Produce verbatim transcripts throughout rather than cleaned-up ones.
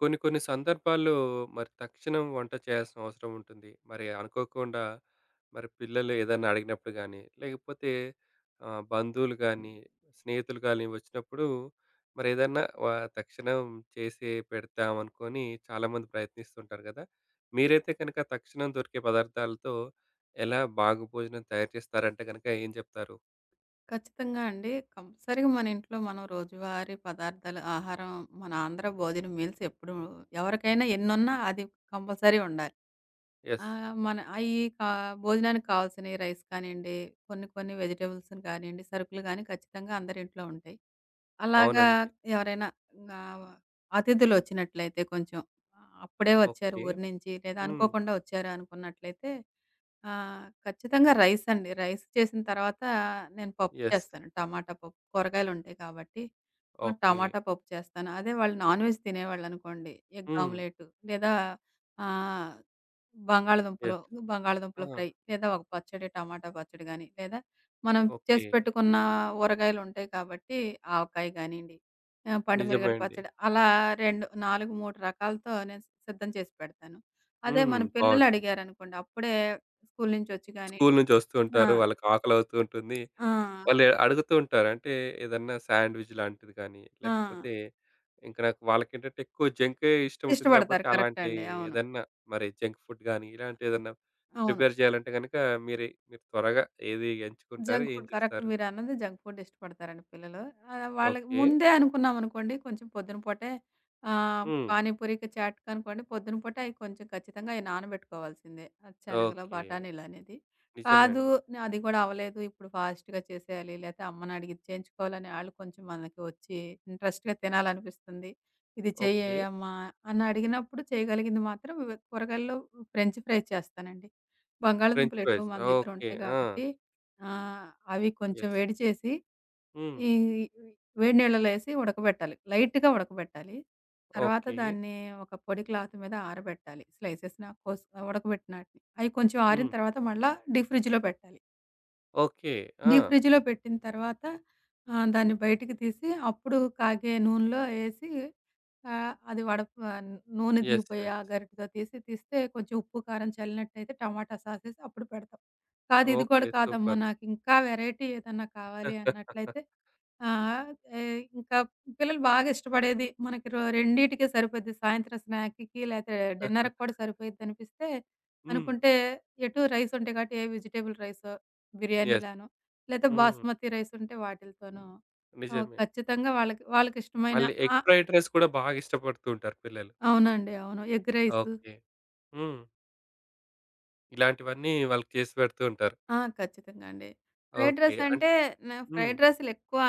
కొన్ని కొన్ని సందర్భాల్లో మరి తక్షణం వంట చేయాల్సిన అవసరం ఉంటుంది. మరి అనుకోకుండా మరి పిల్లలు ఏదైనా అడిగినప్పుడు గానీ, లేకపోతే ఆహ్, బంధువులు గానీ, స్నేహితులు గానీ వచ్చినప్పుడు మరి ఏదన్నా వ తక్షణం చేసి పెడతామనుకోని చాలామంది ప్రయత్నిస్తుంటారు గదా! మీరైతే కనుక తక్షణం దొరికే పదార్థాలతో ఎలా బాగు భోజనం తయారు చేస్తారంటే గనుక ఏం జెప్తారు? ఖచ్చితంగా అండి. కంపల్సరీగా మన ఇంట్లో మనం రోజువారీ పదార్థాలు, ఆహారం, మన ఆంధ్ర భోజనం మీల్స్ ఎప్పుడూ ఎవరికైనా ఎన్నున్నా అది కంపల్సరీ ఉండాలి. ఆ! యెస్. మన అయి కా భోజనానికి కావాల్సినయి రైస్ కానియండి, కొన్ని కొన్ని వెజిటబుల్స్‌ని కానియండి, సరుకులు గాని ఖచ్చితంగా అందరింట్లో ఉంటాయి. అలాగా అవునండి. ఎవరైనా ఆహ్, అతిథులొచ్చినట్లయితే కొంచెం అప్పుడే వచ్చారు ఓకే. ఊరు నుంచి, లేదా హ్మ్. అనుకోకుండా వచ్చారు అనుకున్నట్లయితే ఆహ్, ఖచ్చితంగా రైస్ అండి. రైస్ చేసిన తర్వాత నేను పప్పు యెస్. చేస్తాను. టమాటా పప్పు, కూరగాయలుంటాయి కాబట్టి ఆహ్, ఓకే. టమాటా పప్పు చేస్తాను. అదే వాళ్ళు నాన్ వెజ్ తినేవాళ్ళనుకోండి, ఎగ్ హ్మ్. ఆమ్లెట్ లేదా ఆహ్ బంగాళదుంపలు, యెస్. బంగాళదుంపల ఆ! ఫ్రై, లేదా ఒక పచ్చడి, టమాటా పచ్చడి గాని, లేదా మనం ఓకే. చేసి పెట్టుకున్న ఊరగాయలుంటాయి కాబట్టి ఆవకాయ గానియండి, ఆహ్, నిజమే పండుమిరగాయల అండి. పచ్చడి అలా రెండు, నాలుగు, మూడు రకాలతో నేను సిద్ధం చేసి పెడతాను. అదే హ్మ్. మన పిల్లలు బావుంటుంది. అడిగారనుకోండి అప్పుడే స్కూలు నుంచొచ్చి స్కూలు గానియండి. నుంచి వస్తూ ఆ! ఉంటారు. వాళ్ళకి ఆకలవుతూ ఉంటుంది. ఆ! వాళ్ళు అడుగుతూ ఉంటారు. అంటే ఏదన్నా శాండ్‌విచ్ లాంటిది గానీ, ఆ! లేకపోతే ఇంక నాకు వాళ్ళకేంటంటే ఎక్కువ జంకే ఇష్టం ఉంటుంది ఇష్టపడతారు. కాబట్టి, కరెక్టే అలాంటి అండి. అవును. ఏదన్నా మరి జంక్ ఫుడ్ గానీ, ఇలాంటిదేదన్నా అవును. ప్రిపేర్ చేయాలంటే గనక మీరే మీరు త్వరగా ఏది ఎంచుకుంటారు? జంక్ ఏం ఫుడ్ కరెక్ట్, చేస్తారు? మీరన్నది జంక్ ఫుడ్ ఇష్టపడతారండి పిల్లలు. ఆహ్, వాళ్ళకి ఓకే. ముందే అనుకున్నామనుకోండి కొంచెం పొద్దున పూటే ఆహ్, హ్మ్. పానీపూరికి, చాట్‌కి అనుకోండి పొద్దున పూట అయి కొంచెం ఖచ్చితంగా అయి నానబెట్టుకోవాల్సిందే. అది శనగలో, ఓకే. బఠానీలు అనేది. నిజమే కాదు, అండి. నే- అది కూడా అవ్వలేదు, ఇప్పుడు ఫాస్ట్‌గా చేసేయాలి లేతే అమ్మని అడిగి చేయించుకోవాలని, ఆళ్ళు కొంచెం మనకి వచ్చి ఇంట్రెస్ట్‌గా తినాలనిపిస్తుంది. ఇది చెయ్యే ఓకే. అమ్మా అని అడిగినప్పుడు చేయగలిగింది మాత్రం ఇవి- కూరగాయల్లో ఫ్రెంచ్ ఫ్రై చేస్తానండి. ఫ్రెంచ్ బంగాళాదుంపలు ఎటో ఫ్రైస్. మన దగ్గర ఓకే. ఉంటాయి ఆ! కాబట్టి ఆ! అవి కొంచెం యెస్. వేడి చేసి, హ్మ్. ఈ వేడి నీళ్ళలో ఏసి ఉడకబెట్టాలి. లైట్‌గా ఉడకబెట్టాలి. తర్వాత ఓకే. దాన్ని ఒక పొడి క్లాత్ మీద ఆరబెట్టాలి. స్లైసెస్‌లా కోసి ఉడకబెట్టినాటిని. అయి కొంచెం ఆరిన హ్మ్. తర్వాత మళ్ళా డీప్ ఫ్రిడ్జ్‌లో పెట్టాలి. ఓకే. ఆ! డీప్ ఫ్రిడ్జ్‌లో పెట్టిన తర్వాత ఆహ్, దాన్ని బయటికి తీసి అప్పుడు కాగే నూనెలో ఏసి, ఆహ్, అది వడ ప నూనె యెస్. దిగిపోయి ఆ యెస్. గరిటెతో తీసి, తీస్తే కొంచెం ఉప్పు, కారం చల్లినట్టయితే టమాటా సాస్ ఏసి అప్పుడు పెడతాం. కాదు, ఇది ఓకే. కూడా కాదమ్మా, సూపర్. నాకింకా వెరైటీ ఏదన్నా కావాలి అన్నట్లయితే ఆహ్, ఏ ఇంకా పిల్లలు బాగా ఇష్టపడేది మనకి రొ రెండిటికే సరిపోద్ది. సాయంత్రం స్నాక్‌కి లేతే డిన్నర్‌కి కూడా సరిపోయిద్దనిపిస్తే హ్మ్. అనుకుంటే, ఎటు రైస్ ఉంటాయి కాబట్టి ఏ వెజిటబుల్ రైసో, యెస్. బిర్యానీలానో లేతే హ్మ్. బాస్మతి రైస్ ఉంటే వాటిలతోనూ ఆహ్, నిజమే. ఖచ్చితంగా వాళ్ళకి వాళ్ళకిష్టమైన. మళ్ళీ ఎగ్ ఆ! ఫ్రైడ్ రైస్ కూడా బాగా ఇష్టపడుతూ ఉంటారు పిల్లలు. అవునండి. అవును. Egg rice. ఓకే. హ్మ్. ఇలాంటివన్నీ వాళ్ళకి చేసి పెడుతూ ఉంటారు. ఆ! ఖచ్చితంగా అండి. Fried okay. రైస్ అన్ అంటే నేను హ్మ్. ఫ్రైడ్ రైస్‌లెక్కువ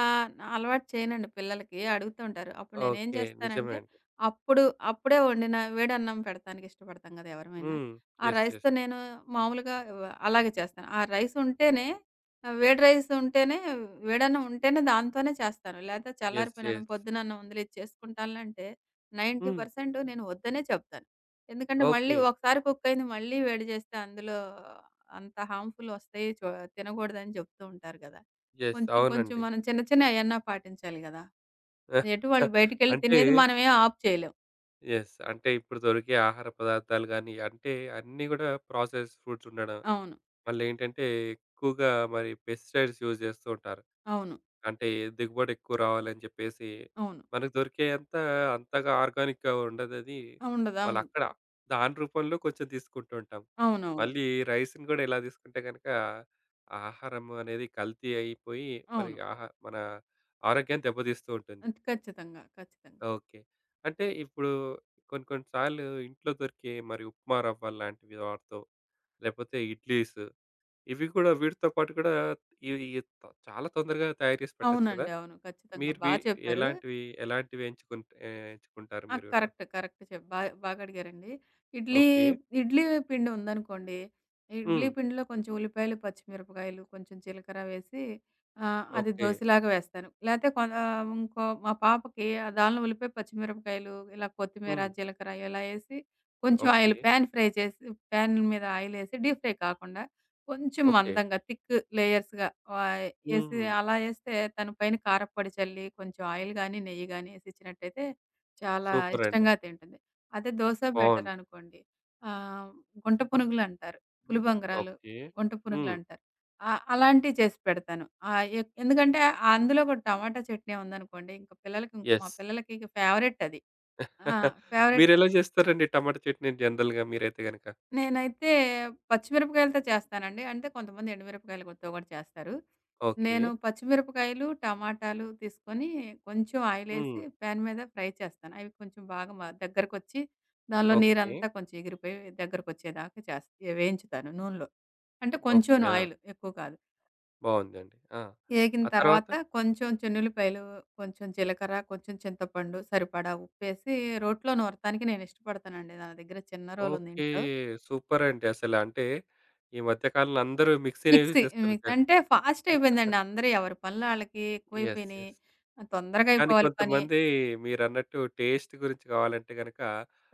అలవాటు చేయనండి పిల్లలకి. అడుగుతూ ఉంటారు. అప్పుడు నేనేం ఓకే. నిజమే చేస్తానంటే, అండి. అప్పుడు అప్పుడే వండిన వేడన్నం పెడతానికి ఇష్టపడతాం కదా, ఎవరమైనా. హ్మ్. ఆ యెస్. యెస్. రైస్‌తో నేను మామూలుగా వ అలాగే చేస్తాను. ఆ రైస్ ఉంటేనే, ఆహ్, వేడి రైస్ ఉంటేనే, వేడన్నం ఉంటేనే దాంతోనే చేస్తాను. లేతే యెస్. చల్లారిపోయిన అన్నం, యెస్. పొద్దున అన్నం ఉందిలే ఇది చేసుకుంటానులే అంటే, హ్మ్. తొంభై శాతం నేను వద్దనే చెప్తాను. ఎందుకంటే మళ్ళీ ఓకే. ఒకసారి కుక్ అయింది మళ్ళీ వేడి చేస్తే అందులో అంత హార్మ్‌ఫుల్ వస్తాయి, చు తినకూడదని చెప్తూ ఉంటారు గదా! యెస్. కొంచెం కొంచెం అవునండి. మనం చిన్న చిన్నయన్నా పాటించాలి గదా! ఎటు వాళ్ళు బయటికెళ్ళి అంటే తినేది మనమేం ఆపు చేయలేం. యెస్. అంటే ఇప్పుడు దొరికే ఆహార పదార్థాలు గాని, అంటే అన్నీ గూడా ప్రాసెస్ ఫుడ్స్ ఉండడం అవును. మళ్ళేంటంటే, ఎక్కువగా మరి పెస్టిసైడ్స్ యూజ్ జేస్తూ ఉంటారు. అవును. అంటే దిగుబడి ఎక్కువ రావాలని జెప్పేసి, అవును. మనకు దొరికేయంతా అంతగా ఆర్గానిక్‌గా ఉండదది. ఉండదు. అవును. వాళ్ళక్కడ దాని రూపంలో కొంచెం తీసుకుంటూ ఉంటాం. అవునవును. అవును. మళ్ళీ రైస్‌ని గూడా ఇలా తీసుకుంటే గనక, ఆహారం అనేది కల్తీ అయిపోయి, మరి అవును, ఆహా మన ఆరోగ్యాన్ని దెబ్బతీస్తూ ఉంటుంది. అది ఖచ్చితంగా. ఖచ్చితంగా. ఓకే. అంటే ఇప్పుడు కొన్ని కొన్ని సార్లు ఇంట్లో దొరికే మరి ఉప్మా రవ్వల్లాంటివి వాడతాం. లేపోతే ఇడ్లీస్ ఇవి కూడా వీటితో పాటు కూడా ఇవి త చాలా తొందరగా తయారు చేసి పెట్టొచ్చు కదా! అవునండి. అవును. ఖచ్చితంగా. మీరు బా వి చెప్పారు. ఎలాంటివి, ఎలాంటివి ఎంచుకున్ ఆహ్, ఎంచుకుంటారు ఆ! మీరు ఇట్లా? కరెక్ట్. కరెక్ట్. చెప్ బా బాగా అడిగారండి. ఇడ్లీ, ఓకే. ఇడ్లీ పిండి ఉందనుకోండి, ఇడ్లీ హ్మ్. పిండిలో కొంచెం ఉల్లిపాయలు, పచ్చిమిరపకాయలు, కొంచెం జీలకర్ర వేసి ఆహ్, అది ఓకే. దోసలాగా వేస్తాను. లేతే కొ ఆహ్, ఇంకో మా పాపకి దానిలో ఉల్లిపాయ, పచ్చిమిరపకాయలు, ఇలా కొత్తిమీర, హ్మ్. జీలకర్ర ఇలా ఏసి, కొంచెం ఓకే. ఆయిల్ పాన్ ఫ్రై చేసి, పాన్ మీద ఆయిల్ ఏసి డీప్ ఫ్రై కాకుండా కొంచెం ఓకే. మందంగా థిక్ లేయర్స్‌గా ఆహ్, ఏసి, హ్మ్. అలా ఏస్తే తను పైన కారప్పొడి చల్లి, కొంచెం ఆయిల్ గాని, నెయ్యి గాని ఏసిచ్చినట్టయితే చాలా సూపరండి. ఇష్టంగా తింటుంది. అదే దోస బావుంది. బెటరనుకోండి. ఆహ్, గుంట పునుగులంటారు. పులిబంగరాలు, ఓకే. గుంట హ్మ్. పునుగులంటారు. ఆ! అలాంటివి చేసి పెడతాను. ఆహ్, ఎ ఎందుకంటే ఆ అందులో కూడా టమాటా చట్నీ ఉందనుకోండి, ఇంక పిల్లలకి, మా యెస్. పిల్లలకి ఇక ఫేవరెట్ అది. ఆ! ఫేవరెట్. మీరెలా చేస్తారండి టమాటా చట్నీ జనరల్‌గా మీరైతే గనక? నేనైతే పచ్చిమిరపకాయలతో చేస్తానండి. అంటే కొంతమంది ఎండుమిరపకాయలతో కూడా చేస్తారు. ఓకే. నేను పచ్చిమిరపకాయలు, టమాటాలు తీసుకొని కొంచెం ఆయిలేసి హ్మ్. పాన్ మీద ఫ్రై చేస్తాను. అవి కొంచెం బాగా మ దగ్గరకొచ్చి, దానిలో ఓకే. నీరంతా కొంచెం ఎగిరిపోయి దగ్గరకొచ్చేదాకా చేస్త వేయించుతాను నూనెలో. అంటే ఓకే. కొంచెం ఆ! ఆయిల్ ఎక్కువ కాదు. బావుందండి. ఆ! ఏగిన ఆ తర్వాత? తర్వాత కొంచెం చెన్నుల్లిపాయలు, కొంచెం జీలకర్ర, కొంచెం చింతపండు, సరిపడా ఉప్పేసి రోట్లో నూరతానికి నేను ఇష్టపడతానండి. నా దగ్గర చిన్న రోలుంది ఓకే. ఇంట్లో. సూపరండి అసలు. అంటే ఈ మధ్య కాలంలో అందరూ మిక్సీ‌నే యూజ్ మిక్సీ. హ్మ్. చేస్తున్నారు చూడండి. అంటే ఫాస్ట్ అయిపోయిందండి. అందరూ ఎవరి పనులు ఆళ్ళకి యెస్. ఎక్కువైపోయినాయి. యెస్. ఆహ్, తొందరగా కానీ అయిపోవాలి పని. కొంతమంది మీరన్నట్టు టేస్ట్ గురించి కావాలంటే గనక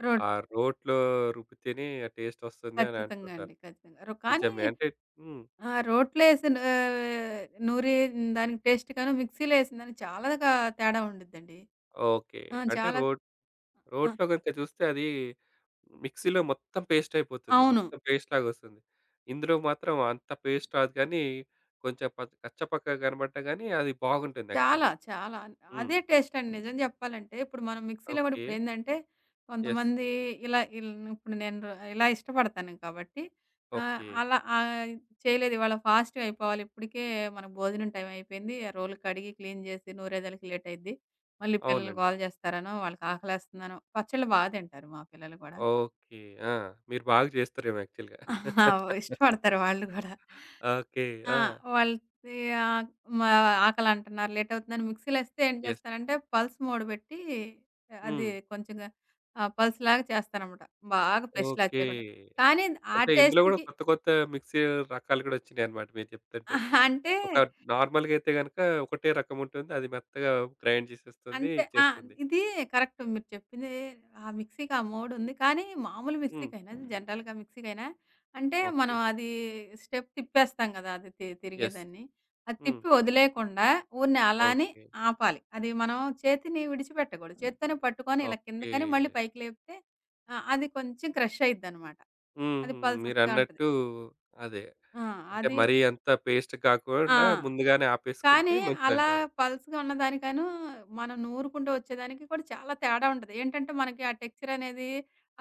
రోట్ ఆ రోట్లో రుబ్బితేనే ఆ టేస్ట్ వస్తుంది అని ఖచ్చితంగా అంటుంటారు. అండి. ఖచ్చితంగా. రొ కానీ నిజమే. అంటే హ్మ్. ఆహ్, రోట్లేసిన, ఆహ్, నూరి దానికి టేస్ట్ గాను, మిక్సీలో ఏసిన దానికి చాలాగా తేడా ఉండిద్దండి. ఓకే. ఆ! అంటే చాలా. రోట్ ఆ! రోట్లో గనుక చూస్తే అది మిక్సీ‌లో మొత్తం పేస్ట్ అయిపోతుంది. అవును. మొత్తం పేస్ట్ లాగొస్తుంది. ఇందులో మాత్రం అంత పేస్ట్ రాదు కానీ కొంచెం ప కచ్చపక్కగా కనబడ్డా గానీ అది బాగుంటుంది చాలా. యాక్చువల్‌గా. చాలా. హ్మ్. అదే టేస్ట్ అండి నిజం జెప్పాలంటే. ఇప్పుడు మనం మిక్సీలో గూడా ఓకే. ఇప్పుడేందంటే, యెస్. కొంతమంది ఇలా ఇల్ ఇప్పుడు నేను ర- ఇలా ఇష్టపడతాను కాబట్టి, ఆహ్, ఓకే. అలా ఆహ్, చేయలేదు ఇవాళ, ఫాస్ట్‌గా అయిపోవాలి. ఇప్పటికే మనకు భోజనం టైం అయిపోయింది. ఆ రోలు కడిగి, క్లీన్ జేసి, నూరేదాలకి లేట్ అయిద్ది. మళ్ళీ పిల్లలు అవునండి. గోల జేస్తారనో, వాళ్ళకి ఆకలేస్తుందనో, పచ్చళ్ళు బా తింటారు మా పిల్లలు గూడా. ఓకే. ఆ! మీరు బాగా చేస్తారేమో యాక్చువల్‌గా. ఇష్టపడతారు వాళ్ళు గూడా. ఓకే. ఆ! ఆ! వాళ్ళది, ఆక్ మా ఆకలంటున్నారు, లేటవుతుందని మిక్సీలేస్తే ఏం యెస్. చేస్తానంటే, పల్స్ మోడ్ పెట్టి అది హ్మ్. కొంచెంగా ఆహ్, పల్స్‌లాగా చేస్తాననమాట. బాగా పేస్ట్‌లా ఓకే. చేయకుండా. కానీ ఆ అంటే ఇందులో గూడా టేస్ట్‌కి, కొత్త కొత్త మిక్సీ రకాలు గూడా వచ్చినాయన్నమాట మీరు చెప్తుంటే. అంటే ఒక నార్మల్‌గా అయితే గనక ఒకటే రకం ఉంటుంది. అది మెత్తగా గ్రైండ్ చేసేస్తుంది, అంటే ఆ! ఇచ్చేస్తుంది. ఇది కరెక్ట్ మీరు చెప్పింది. ఆ మిక్సీకి ఆ మోడుంది. కానీ మామూలు హ్మ్. మిక్సీకైనా, జనరల్‌గా మిక్సీకైనా, అంటే ఓకే. మనం అది స్టెప్ తిప్పేస్తాం గదా, అది తి యెస్. తిరిగేదాన్ని అది హ్మ్. తిప్పి వదిలేయకుండా ఊరినే అలా అని ఓకే. ఆపాలి. అది మనం చేతిని విడిచిపెట్టకూడదు. చేత్తోనే పట్టుకొని, ఇలా ఓకే. కిందకని మళ్ళీ పైకి లేపితే ఆహ్, అది కొంచెం క్రష్ అయిద్దనమాట. అది హుహు. పల్సొస్తా ఉంటది. మీరన్నట్టు అదే. ఆ! అంటే అది. మరీ అంత పేస్ట్ ఆ! కాకుండా ముందుగానే ఆపేసుకుంటే కానీ అలా మంచిదంటారు. పల్స్‌గా ఉన్నదానికను, మనం నూరుకుంటూ వచ్చేదానికి కూడా చాలా తేడా ఉంటది. ఏంటంటే, మనకి ఆ టెక్స్చర్ అనేది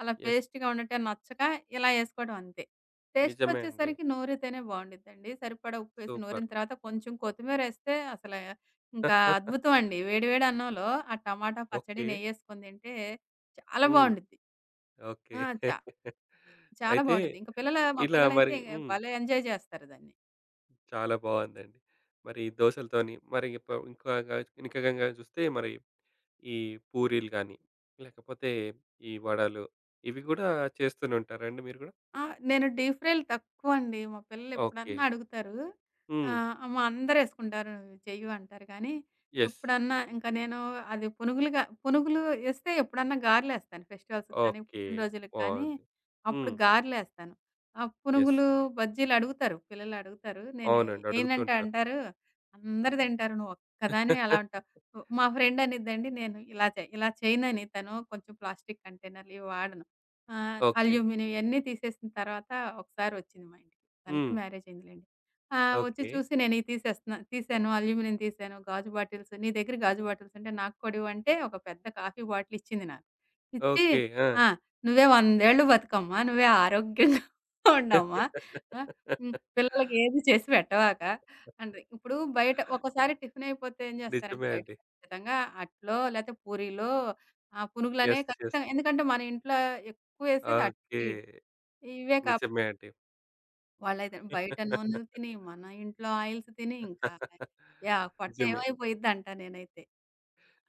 అలా యెస్. పేస్ట్‌గా ఉండటం నచ్చక ఇలా ఏసుకోవడం అంతే. నిజమే అండి. టేస్ట్‌కొచ్చేసరికి నూరితేనే బావుండిద్దండి. సరిపడా ఉప్పేసి సూపర్. నూరిన తర్వాత కొంచెం కొత్తిమీరేస్తే అసల ఇంకా అద్భుతం అండి. వేడి వేడి అన్నంలో ఆ టమాటా పచ్చడి, ఓకే. నెయ్యేసుకొని తింటే చాలా హ్మ్. బావుండిద్ది. ఓకే. ఆ! చా చాలా అయితే బావుండిద్ది. ఇంక పిల్లలు, మా ఇలా మరి పిల్లలైతే హ్మ్. భలే ఎంజాయ్ చేస్తారు దాన్ని. చాలా బావుందండి. మరి దోసలతోని మరి ఇప్ప ఇంకాగా ఇంకగంగా చూస్తే మరి ఈ పూరీలు గాని, లేకపోతే ఈ వడలు ఇవి గూడా చేస్తూనే ఉంటారండి మీరు గూడా? ఆ! నేను డీప్ ఫ్రైలు తక్కువండి. మా ఓకే. పిల్లలెప్పుడన్నా అడుగుతారు. హ్మ్. ఆహ్, అమ్మ అందరేసుకుంటారు నువ్వు చెయ్యు అంటారు, కానీ యెస్. ఎప్పుడన్నా ఇంకా నేను, అది పునుగులుగా, పునుగులు ఏస్తే ఎప్పుడన్నా గారెలేస్తాను. ఫెస్టివల్స్‌కి కానీ, ఓకే. పుట్టినరోజులకి కానీ బావుంది. అప్పుడు హ్మ్. గారెలేస్తాను. ఆ యెస్. పునుగులు, బజ్జీలు అడుగుతారు. పిల్లలు అడుగుతారు. నేను అవునండి. అడుగుతూ ఏయనంటే ఉంటారు. అంటారు, "అందరూ తింటారు. నువ్వు ఒక్కదానివే అలా ఉంటావు." మా ఫ్రెండ్ అనిద్దండి, నేను ఇలా చె ఇలా చేయనని, తను కొంచెం ప్లాస్టిక్ కంటైనర్‌లు ఇవి వాడను. ఆ! ఓకే. అల్యూమినియం ఇయన్నీ తీసేసిన తర్వాత ఒకసారొచ్చింది మా ఇంటికి. తనకి హ్మ్. మ్యారేజ్ అయిందిలెండి. ఆహ్, వచ్చి ఓకే. చూసి నేనియి తీసేస్తున్నా, తీసాను, అల్యూమినియం తీసాను, గాజు బాటిల్స్, నీ దగ్గర గాజు బాటిల్స్ ఉంటే నాకు కూడా ఇవ్వంటే ఒక పెద్ద కాఫీ బాటిల్ ఇచ్చింది నాకు. ఇచ్చి ఓకే. ఆ! ఆ! "నువ్వే వందేళ్ళు బతుకమ్మా! నువ్వే ఆరోగ్యంగా ఉండమ్మా! ఆ! హ్మ్. పిల్లలకి ఏది చేసి పెట్టమాక" అంటది. ఇప్పుడు బయట ఒక్కోసారి టిఫిన్ అయిపోతే ఏం చేస్తారంటే నిజమే బయట అండి. ఖచ్చితంగా అట్లో లేతే పూరీలో ఆహ్, పునుగులనే యెస్. యెస్. ఖచ్చితంగా, ఎందుకంటే మన ఇంట్లో ఎక్కువేసేది ఓకే. అటు ఇటు. ఇవే కాక నిజమే అండి. వాళ్ళైతే బయట నూనెలు తిని, మన ఇంట్లో ఆయిల్స్ తిని ఇంకా, యాహ్! పొట్ట నిజమే. ఏమైపోయిద్దంట నేనైతే.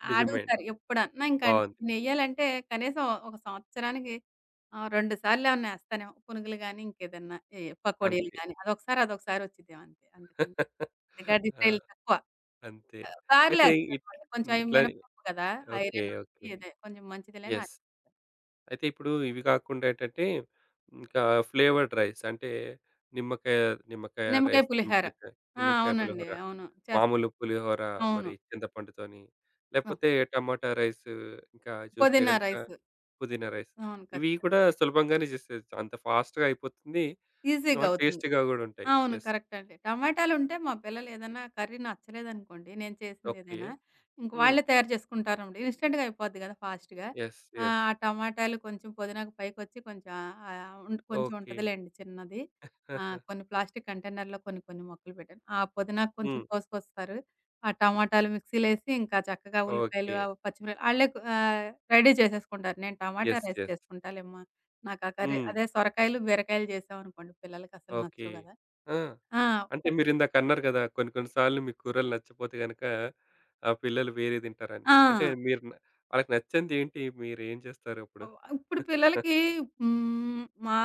నిజమే అండి. అడుగుతారు ఎప్పుడన్నా, ఇంకండి బావుంది. నెయ్యాలంటే కనీసం ఒక సంవత్సరానికి ఆహ్, రెండు సార్లేమన్నా ఏస్తానేమో. పునుగులు గాని, ఇంకేదన్నా ఏ పకోడీలు అంతే. గాని, అదొకసారి, అదొకసారి వచ్చిద్దేమో అంతే. అందుకని ఇంకా డీప్ ఆ! ఫ్రైలు తక్కువ. అంతే. ఆహ్, అయితే గారెలేస్తాను ఇట్ మళ్ళీ, కొంచెం అవి ఇట్లని మినపప్పు కదా! ఓకే. Iron okay. ఉంటది. ఇదే కొంచెం మంచిదిలే అని. యెస్. అయితే ఇప్పుడు ఇవి కాకుండా ఏంటంటే ఇంకా ఫ్లేవర్డ్ రైస్ అంటే నిమ్మకాయ నిమ్మకాయ నిమ్మకాయ రైస్, పులిహార. నిమ్మకాయ ఆ! నిమ్మకాయ అవునండి. పులిహోర. అవును. చేస్తాను. మామూలు పులిహోర, అవును. మరి చింతపండుతోని, ఆ! లేపోతే టమాటా రైస్, ఇంకా చూస్తే పుదీనా గనుక రైస్. పుదీనా రైస్. అవును. ఇవి ఖచ్చితంగా. కూడా సులభంగానే చేసేయొచ్చు. అంత ఫాస్ట్‌గా అయిపోతుంది. ఈజీ‌గా ఆహ్, అవుతుంది. టేస్టీగా గూడా ఉంటాయి. అవును. యెస్. కరెక్ట్ అండి. టమాటాలుంటే మా పిల్లలేదన్నా కర్రీ నచ్చలేదనుకోండి, నేను ఓకే. చేసిందేదైనా, ఇంక హ్మ్. వాళ్ళే తయారు చేసుకుంటారండి. ఇన్‌స్టంట్‌గా అయిపోద్ది కదా! ఫాస్ట్‌గా. యెస్. యెస్. ఆహ్, ఆ టమాటాలు కొంచెం పుదీనాకు పైకొచ్చి కొంచెం, ఆహ్, ఉంట్ కొంచెం ఓకే. ఉంటదిలేండి చిన్నది. ఆ! కొన్ని ప్లాస్టిక్ కంటైనర్‌లో కొన్ని కొన్ని మొక్కలు పెట్టాను. ఆ పుదీనాకు కొంచెం హ్మ్. కోసుకొస్తారు. ఆ టమాటాలు మిక్సీలేసి ఇంకా చక్కగా ఉల్లిపాయలు, ఓకే. ఆహ్, పచ్చిమిర ఆళ్ళే కు ఆహ్, రెడీ చేసేసుకుంటారు. నేను టమాటా యెస్. Rice yes. చేసుకుంటాలేమ్మా. నాకు ఆ కర్రీ, హ్మ్. అదే సొరకాయలు, బీరకాయలు చేసామనుకోండి పిల్లలకసలు ఓకే. నచ్చవు కదా! ఆ! ఆ! అంటే మీరిందాకన్నారు గదా! కొన్ని కొన్ని సార్లు మీకు కూరలు నచ్చపోతే గనక ఆహ్, పిల్లలు వేరే తింటారని. ఆ! అంటే మీరు న వాళ్ళకి నచ్చిందేంటి? మీరేం చేస్తారు అప్పుడు? అవ్ ఇప్పుడు పిల్లలకి, హ్మ్, మా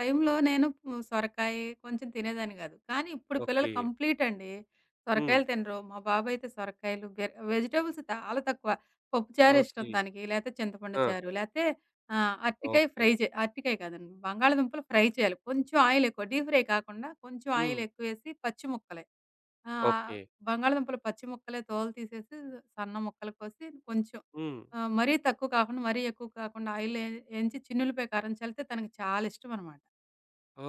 టైంలో నేను పు సొరకాయ కొంచెం తినేదాన్ని కాదు. కానీ ఇప్పుడు పిల్లలు ఓకే. కంప్లీట్ అండి. హ్మ్. సొరకాయలు తినరు. మా బాబైతే సొరకాయలు, బెర్ వెజిటబుల్స్ చాలా తక్కువ. పప్పుచారు ఇష్టం ఓకే. తనకి. లేతే చింతపండు ఆ! చారు. లేతే ఆహ్, అరటికాయ ఓకే. ఫ్రై చే అరటికాయ కాదండి, బంగాళదుంపలు ఫ్రై చేయాలి. కొంచెం ఆయిల్ ఎక్కువ, డీప్ ఫ్రై కాకుండా కొంచెం హ్మ్. ఆయిల్ ఎక్కువేసి, పచ్చి ముక్కలే. ఆహ్, ఓకే. బంగాళదుంపలు పచ్చి ముక్కలే, తోలు తీసేసి సన్న ముక్కలు కోసి కొంచెం హ్మ్. ఆ! మరీ తక్కువ కాకుండా, మరీ ఎక్కువ కాకుండా ఆయిల్‌లో ఏ ఏంచి, చిన్నుల్లిపాయ కారం చల్లితే తనకి చాలా ఇష్టమనమాట.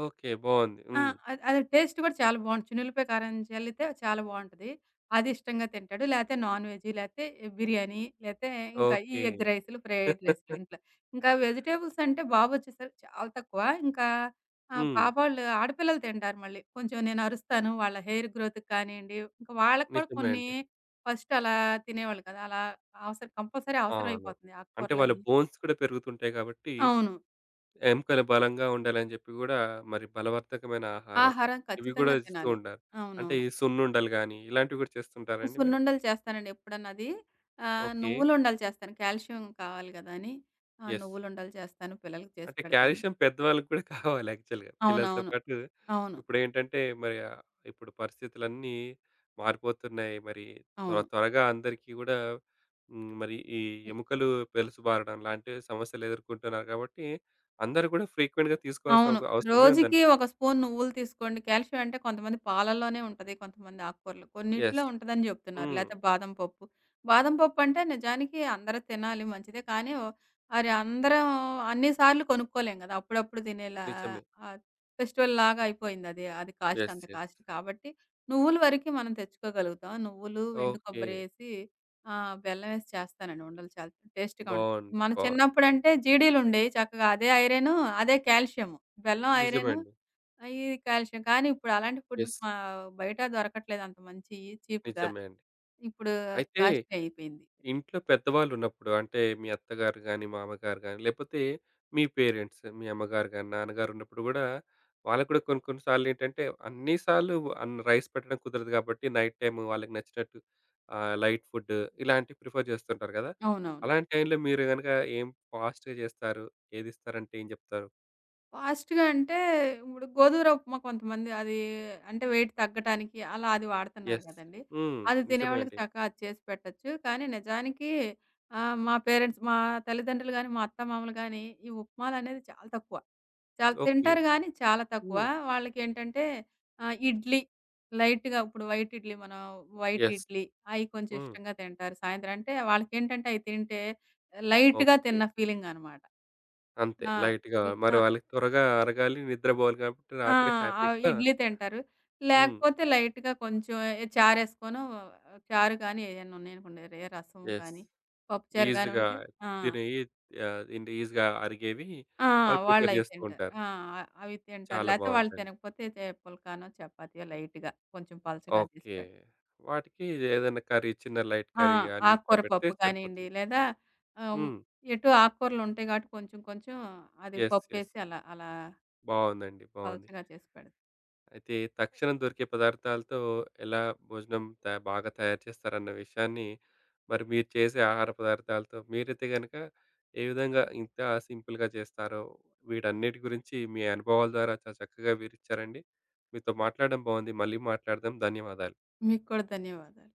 ఓకే. బావుంది. ఆ! హ్మ్. అది అది టేస్ట్ కూడా చాలా బావుంటుంది. చిన్నుల్లిపాయ కారం చల్లితే చాలా బావుంటది. అది ఇష్టంగా తింటాడు. లేతే నాన్ వెజ్, లేతే బిర్యానీ, లేతే ఇంకా ఈ ఓకే. ఎగ్ రైసులు, ఫ్రైడ్ రైసులు ఇంట్లో. ఇంకా వెజిటబుల్స్ అంటే బాబొచ్చేసరికి చాలా తక్కువ. ఇంకా ఆహ్, హ్మ్. పాప వాళ్ళు, ఆడపిల్లలు తింటారు మళ్ళీ. కొంచెం నేను అరుస్తాను. వాళ్ళ హెయిర్ గ్రోత్‌కి కానియండి, ఇంకా వాళ్ళకి కూడా నిజమే కొన్ని, అండి. ఫస్ట్ అలా తినేవాళ్ళు కదా, అలా అవసరం కంపల్సరీ అవును. అవసరమైపోతుంది అంటే వాళ్ళ ఆకుకూరలని. బోన్స్ కూడా పెరుగుతుంటాయి కాబట్టి, అవును. ఎముకలు బలంగా ఉండాలని జెప్పి గూడా మరి బలవర్ధకమైన ఆహారం ఆహారం ఇవి గూడా ఖచ్చితంగా ఇస్తూ తినాలి. ఉంటారు. అంటే అవునవును. ఈ సున్నుండలు గాని, ఇలాంటివి గూడా చేస్తుంటారా అండి మీరు? సున్నుండలు చేస్తానండి ఎప్పుడన్నా అది. ఆహ్, ఓకే. నువ్వులుండలు చేస్తాను. కాల్షియం కావాలి గదా అని. ఆ! యెస్. నువ్వులుండలు చేస్తాను. పిల్లలకి చేసి అంటే పెడతాను. కాల్షియం పెద్దవాళ్ళకి కూడా కావాలి యాక్చువల్‌గా. పిల్లలతో అవునవును. పాటు అవును. ఇప్పుడేంటంటే మరి ఆహ్, ఇప్పుడు పరిస్థితులన్నీ మారిపోతున్నాయి. మరి త్వర అవును. త్వరగా అందరికీ గూడా హ్మ్. మరి ఈ ఎముకలు పెలుసుబారడం లాంటి సమస్యలు ఎదుర్కొంటున్నారు కాబట్టి, అందరూ కూడా ఫ్రీక్వెంట్‌గా తీసుకోవాల్సిన అవును. ఒక అవసరమే రోజుకి ఒక ఉందనిపిస్తుంది. స్పూన్ నువ్వులు తీసుకోండి. కాల్షియం అంటే కొంతమంది పాలల్లోనే ఉంటది. కొంతమంది ఆకుకూరలు. కొన్నిట్లో యెస్. ఉంటదని జెప్తున్నారు. హ్మ్. లేతే బాదం పప్పు. బాదం పప్పు అంటే నిజానికి అందరూ తినాలి, మంచిదే. కానీ ఓ మరి అందరం అన్ని సార్లు కొనుక్కోలేం గదా! అప్పుడప్పుడు తినేలా నిజమే. ఆహ్, ఫెస్టివల్‌లాగా అయిపోయిందది. అది అది కాస్ట్, యెస్. అంత యెస్. కాస్ట్ కాబట్టి నువ్వుల వరకి మనం తెచ్చుకోగలుగుతాం. నువ్వులు, ఎండు ఓకే. కొబ్బరేసి ఆహ్, బెల్లమేసి చేస్తానండి ఉండలు, చాలా టేస్ట్‌గా ఉంటాయి. బావుంది. మన బావుంది. చిన్నప్పుడంటే జీడీలుండేయి చక్కగా. అదే ఐరను, అదే కాల్షియము. బెల్లం నిజమే ఐరను, అండి. ఆహ్, ఇది కాల్షియం. కానీ ఇప్పుడు అలాంటి ఫుడ్ యెస్. మా బయట దొరకట్లేదు అంత మంచియి చీప్‌గా. నిజమే అండి. ఇప్పుడు అయితే కాస్ట్‌లీ అయిపోయింది. ఇంట్లో పెద్దవాళ్ళున్నప్పుడు అంటే మీ అత్తగారు గాని, మామగారు గాని, లేపోతే మీ పేరెంట్స్ మీ అమ్మగారు గాని, నాన్నగారు ఉన్నప్పుడు గూడా వాళ్ళకి కూడా కొన్ని కొన్ని సార్లేంటంటే అన్ని సార్లు అన్ రైస్ పెట్టడం కుదరదు గాబట్టి నైట్ టైమ్ వాళ్ళకి నచ్చినట్టు ఆహ్, లైట్ ఫుడ్ ఇలాంటివి ప్రిఫర్ జేస్తుంటారు గదా! అవునవును. అలాంటి టైంలో మీరు గనక ఏం ఫాస్ట్‌గా జేస్తారు? ఏదిస్తారంటే ఏం జెప్తారు? ఫాస్ట్‌గా అంటే, ఇప్పుడు గోధుమ రవ్వ ఉప్మా కొంతమంది అది, అంటే వెయిట్ తగ్గటానికి అలా అది వాడుతున్నారు యెస్. గదండీ. హ్మ్. అది నిజమే తినేవాళ్ళకి అండి. చక్కగా అది చేసి పెట్టొచ్చు. కానీ నిజానికి ఆహ్, మా పేరెంట్స్, మా తల్లిదండ్రులు గాని, మా అత్తమామలు గాని ఈ ఉప్మాలనేది చాలా తక్కువ. చాలా ఓకే. తింటారు గానీ చాలా తక్కువ. హ్మ్. వాళ్ళకేంటంటే ఆహ్, ఇడ్లీ లైట్‌గా, ఇప్పుడు వైట్ ఇడ్లీ మనం, వైట్ యెస్. ఇడ్లీ అయి కొంచెం హ్మ్. ఇష్టంగా తింటారు. సాయంత్రం అంటే వాళ్ళకేంటంటే అయి తింటే లైట్‌గా ఓకే. తిన్న ఫీలింగ్ అనమాట. అంతే ఆ! లైట్‌గా. హ్మ్. మరి ఆ! వాళ్ళకి త్వరగా అరగాలి, నిద్రపోవాలి కాబట్టి ఆ! రాత్రి ఆహ్, హ్యాపీగా ఇడ్లీ తింటారు. హ్మ్. లేకపోతే లైట్‌గా కొంచెం చారేసుకోనో, చారు గానీ ఏదైనా ఉన్నాయనుకోండి, ఏ రసం యెస్. కానీ, పప్పుచారు గాని ఈజీగా ఉంటే, ఆ! తినేయి ఆహ్, ఏంటి ఈజీగా అరిగేవి ఆ! వాళ్ళు ప్రిఫర్ వాళ్ళయి చేస్తూ తింటారు. ఉంటారు. ఆ! అవి తింటారు. చాలా లేతే వాళ్ళు బావుందండి. తినకపోతే చే పుల్కానో, చపాతీయో లైట్‌గా కొంచెం పలచగా చేసి ఓకే. పెడతా. వాటికి ఏదైనా కర్రీ చిన్న లైట్ ఆ! కర్రీ అని ఇట్లా ఆకుకూర పెడితే పప్పు కానియండి, సరిపోతుంది. లేదా ఆహ్, హ్మ్. ఎటు ఆకుకూరలు ఉంటాయి కాబట్టి కొంచెం కొంచెం అది యెస్. యెస్. పప్పేసి అలా అలా బావుందండి. బావుంది. పలచగా చేసి పెడతా. అయితే తక్షణం దొరికే పదార్థాలతో ఎలా భోజనం త బాగా తయారు చేస్తారన్న విషయాన్ని, మరి మీరు చేసే ఆహార పదార్థాలతో మీరైతే గనక ఏ విధంగా ఇంత సింపుల్‌గా చేస్తారో, వీటన్నిటి గురించి మీ అనుభవాల ద్వారా చాలా చక్కగా వివరిచ్చారండి. మీతో మాట్లాడడం బాగుంది. మళ్ళీ మాట్లాడదాం. ధన్యవాదాలు. మీకు కూడా ధన్యవాదాలు.